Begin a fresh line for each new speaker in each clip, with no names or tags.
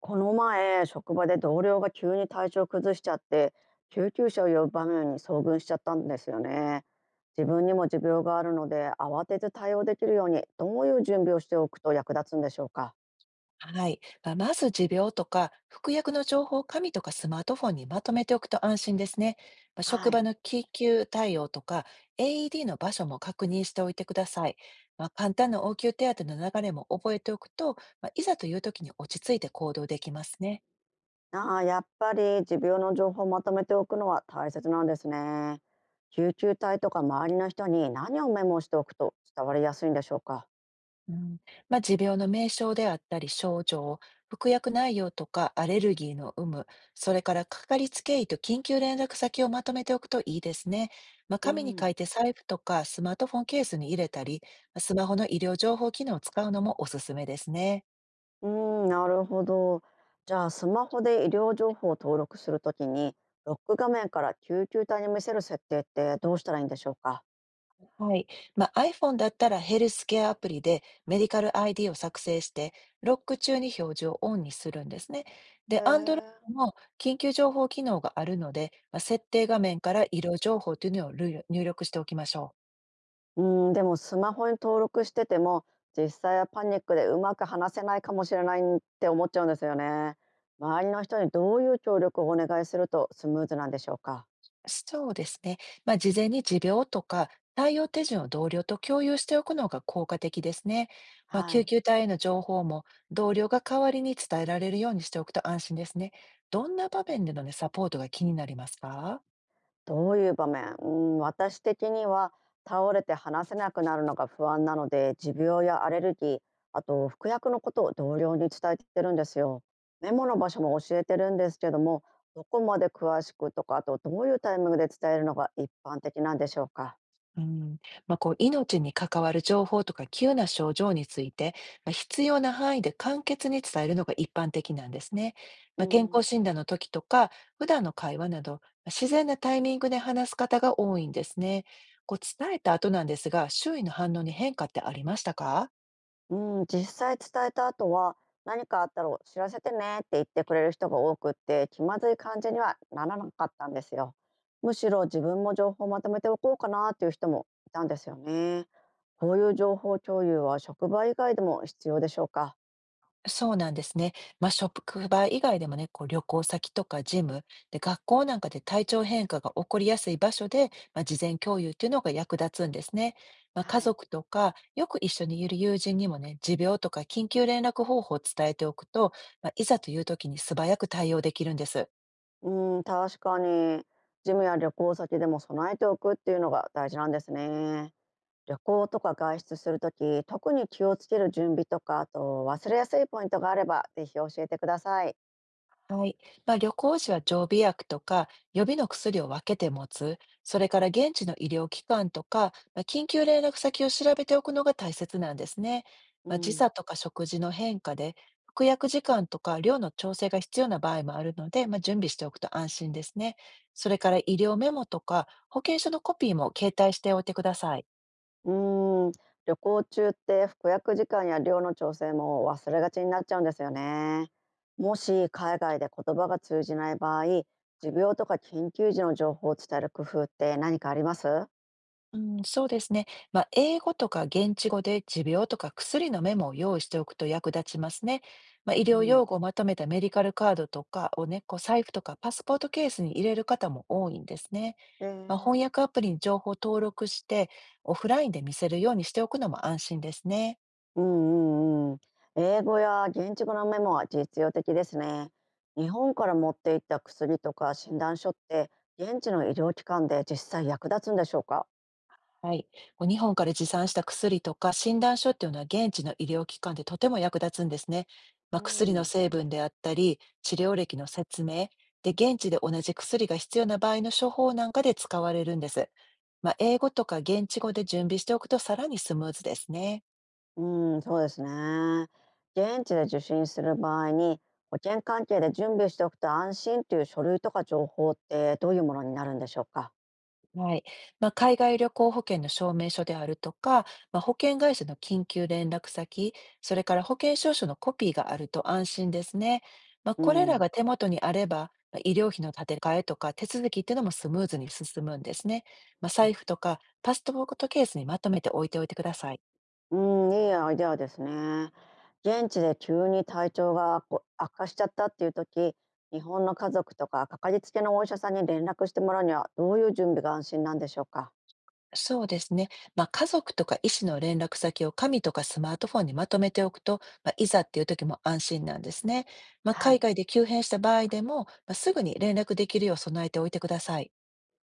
この前、職場で同僚が急に体調崩しちゃって、救急車を呼ぶ場面に遭遇しちゃったんですよね。自分にも持病があるので、慌てず対応できるように、どういう準備をしておくと役立つんでしょうか。
はい。まず持病とか服薬の情報を紙とかスマートフォンにまとめておくと安心ですね。職
は
場
い。
の緊急対応とか AED の場所も確認しておいてください。簡単な応急手当の流れも覚えておくと、いざという時に落ち着いて行動できますね。
ああ、やっぱり持病の情報をまとめておくのは大切なんですね。救急隊とか周りの人に何をメモしておくと伝わりやすいんでしょうか。
うん、持病の名称であったり症状、服薬内容とかアレルギーの有無、それからかかりつけ医と緊急連絡先をまとめておくといいですね。
う
紙に書
ん。
いて財布とかスマートフォンケースに入れたり、スマホの医療情報機能を使うのもおすすめですね。
うーん、なるほど。じゃあ、スマホで医療情報を登録するときに、ロック画面から救急隊に見せる設定ってどうしたらいいんでしょうか。
はい。iPhone だったらヘルスケアアプリでメディカル ID を作成して、ロック中に表示をオンにするんですね。で、
へ
Android
え。
も緊急情報機能があるので、設定画面から医療情報というのを入力しておきましょう。
うーん、でもスマホに登録してても、実際はパニックでうまく話せないかもしれないって思っちゃうんですよね。周りの人にどういう協力をお願いするとスムーズなんでしょうか。
そうですね。事前に持病とか対応手順を同僚と共有しておくのが効果的ですね。
は
救
い。
急隊への情報も同僚が代わりに伝えられるようにしておくと安心ですね。どんな場面での、ね、サポートが気になりますか？
どういう場面、うん、私的には倒れて話せなくなるのが不安なので、持病やアレルギー、あと服薬のことを同僚に伝えてるんですよ。メモの場所も教えてるんですけども、どこまで詳しくとか、あとどういうタイミングで伝えるのが一般的なんでしょうか。
うん、こう命に関わる情報とか急な症状について、必要な範囲で簡潔に伝えるのが一般的なんですね。
う
健
ん。
康診断の時とか普段の会話など、自然なタイミングで話す方が多いんですね。こう伝えた後なんですが、周囲の反応に変化ってありましたか？
うん、実際伝えた後は「何かあったら知らせてね」って言ってくれる人が多くって気まずい感じにはならなかったんですよ。むしろ自分も情報をまとめておこうかなっていう人もいたんですよね。こういう情報共有は職場以外でも必要でしょうか。
そうなんですね。職場以外でもね、こう旅行先とかジム、で、学校なんかで体調変化が起こりやすい場所で、事前共有っていうのが役立つんですね。家
はい。
族とか、よく一緒にいる友人にもね、持病とか緊急連絡方法を伝えておくと、いざという時に素早く対応できるんです。
うん、確かにジムや旅行先でも備えておくっていうのが大事なんですね。旅行とか外出するとき、特に気をつける準備とか、あと忘れやすいポイントがあれば、ぜひ教えてください。
はい。旅行時は常備薬とか予備の薬を分けて持つ、それから現地の医療機関とか、緊急連絡先を調べておくのが大切なんですね。
う
時
ん。
差とか食事の変化で、服薬時間とか量の調整が必要な場合もあるので、準備しておくと安心ですね。それから医療メモとか保険証のコピーも携帯しておいてください。
うーん、旅行中って服薬時間や量の調整も忘れがちになっちゃうんですよね。もし海外で言葉が通じない場合、持病とか緊急時の情報を伝える工夫って何かあります？
うん、そうですね。英語とか現地語で持病とか薬のメモを用意しておくと役立ちますね。医
う
療用
ん、
語をまとめたメディカルカードとかをね、こう財布とかパスポートケースに入れる方も多いんですね。
えー
翻訳アプリに情報を登録して、オフラインで見せるようにしておくのも安心ですね。
うんうんうん。英語や現地語のメモは実用的ですね。日本から持っていった薬とか診断書って現地の医療機関で実際役立つんでしょうか？
はい。こう日本から持参した薬とか診断書っていうのは現地の医療機関でとても役立つんですね。
う
薬の
ん
成分であったり、治療歴の説明、で、現地で同じ薬が必要な場合の処方なんかで使われるんです。英語とか現地語で準備しておくとさらにスムーズですね。
うん、そうですね。現地で受診する場合に、保険関係で準備しておくと安心という書類とか情報ってどういうものになるんでしょうか。
はい。海外旅行保険の証明書であるとか、保険会社の緊急連絡先、それから保険証書のコピーがあると安心ですね。
う
これら
ん。
が手元にあれば、医療費の立て替えとか手続きっていうのもスムーズに進むんですね。財布とかパスポートケースにまとめて置いておいてください。
うん、いいアイデアですね。現地で急に体調がこう悪化しちゃったっていう時、日本の家族とかかかりつけのお医者さんに連絡してもらうにはどういう準備が安心なんでしょうか。
そうですね。家族とか医師の連絡先を紙とかスマートフォンにまとめておくと、いざっていう時も安心なんですね。
は
海
い。
外で急変した場合でも、すぐに連絡できるよう備えておいてください。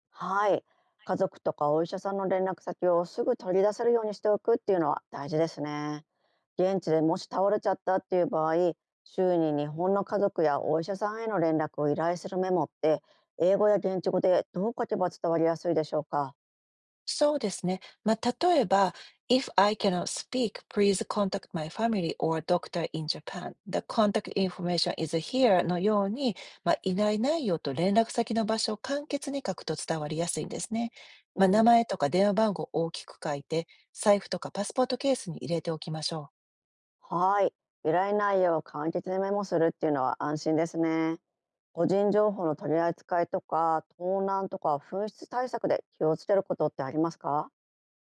はい。家族とかお医者さんの連絡先をすぐ取り出せるようにしておくっていうのは大事ですね。現地でもし倒れちゃったっていう場合、週に日本の家族やお医者さんへの連絡を依頼するメモって、英語や現地語でどう書けば伝わりやすいでしょうか。
そうですね。まあ、例えば、If I cannot speak, please contact my family or doctor in Japan. The contact information is here のように、いない内容と連絡先の場所を簡潔に書くと伝わりやすいんですね。
う
名
ん、
前とか電話番号を大きく書いて、財布とかパスポートケースに入れておきましょう。
はい。依頼内容を簡潔にメモするっていうのは安心ですね。個人情報の取り扱いとか、盗難とか紛失対策で気をつけることってありますか？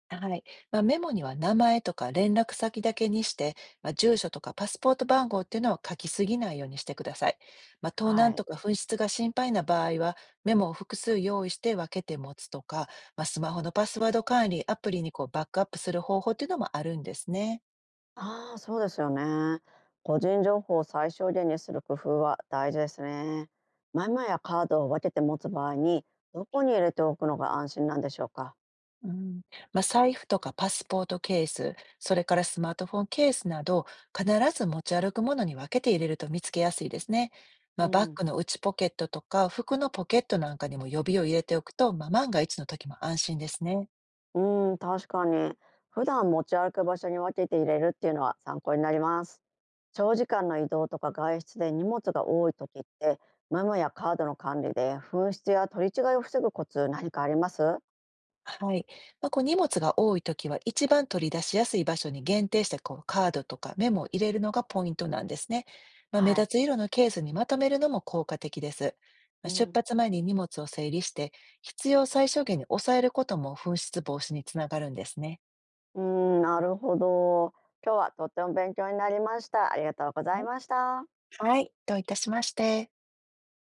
はい。メモには名前とか連絡先だけにして、住所とかパスポート番号っていうのを書きすぎないようにしてください。盗難
は
と
い。
か紛失が心配な場合は、メモを複数用意して分けて持つとか、スマホのパスワード管理、アプリにこうバックアップする方法っていうのもあるんですね。
ああ、そうですよね。個人情報を最小限にする工夫は大事ですね。マイマイやカードを分けて持つ場合に、どこに入れておくのが安心なんでしょうか。
うん、財布とかパスポートケース、それからスマートフォンケースなど、必ず持ち歩くものに分けて入れると見つけやすいですね。
う
バッ
ん、
グの内ポケットとか服のポケットなんかにも予備を入れておくと、万が一の時も安心ですね。
うん、確かに。普段持ち歩く場所に分けて入れるっていうのは参考になります。長時間の移動とか外出で荷物が多い時って、マイマイやカードの管理で紛失や取り違いを防ぐコツ何かあります？
はい。こう荷物が多いときは、一番取り出しやすい場所に限定して、こうカードとかメモを入れるのがポイントなんですね。目
は
立
い、
つ色のケースにまとめるのも効果的です。
う
出
ん
発前に荷物を整理して、必要最小限に抑えることも紛失防止につながるんですね。
うん、なるほど。今日はとっても勉強になりました。ありがとうござ
は
い
い、
ました。
はいどういたしまして。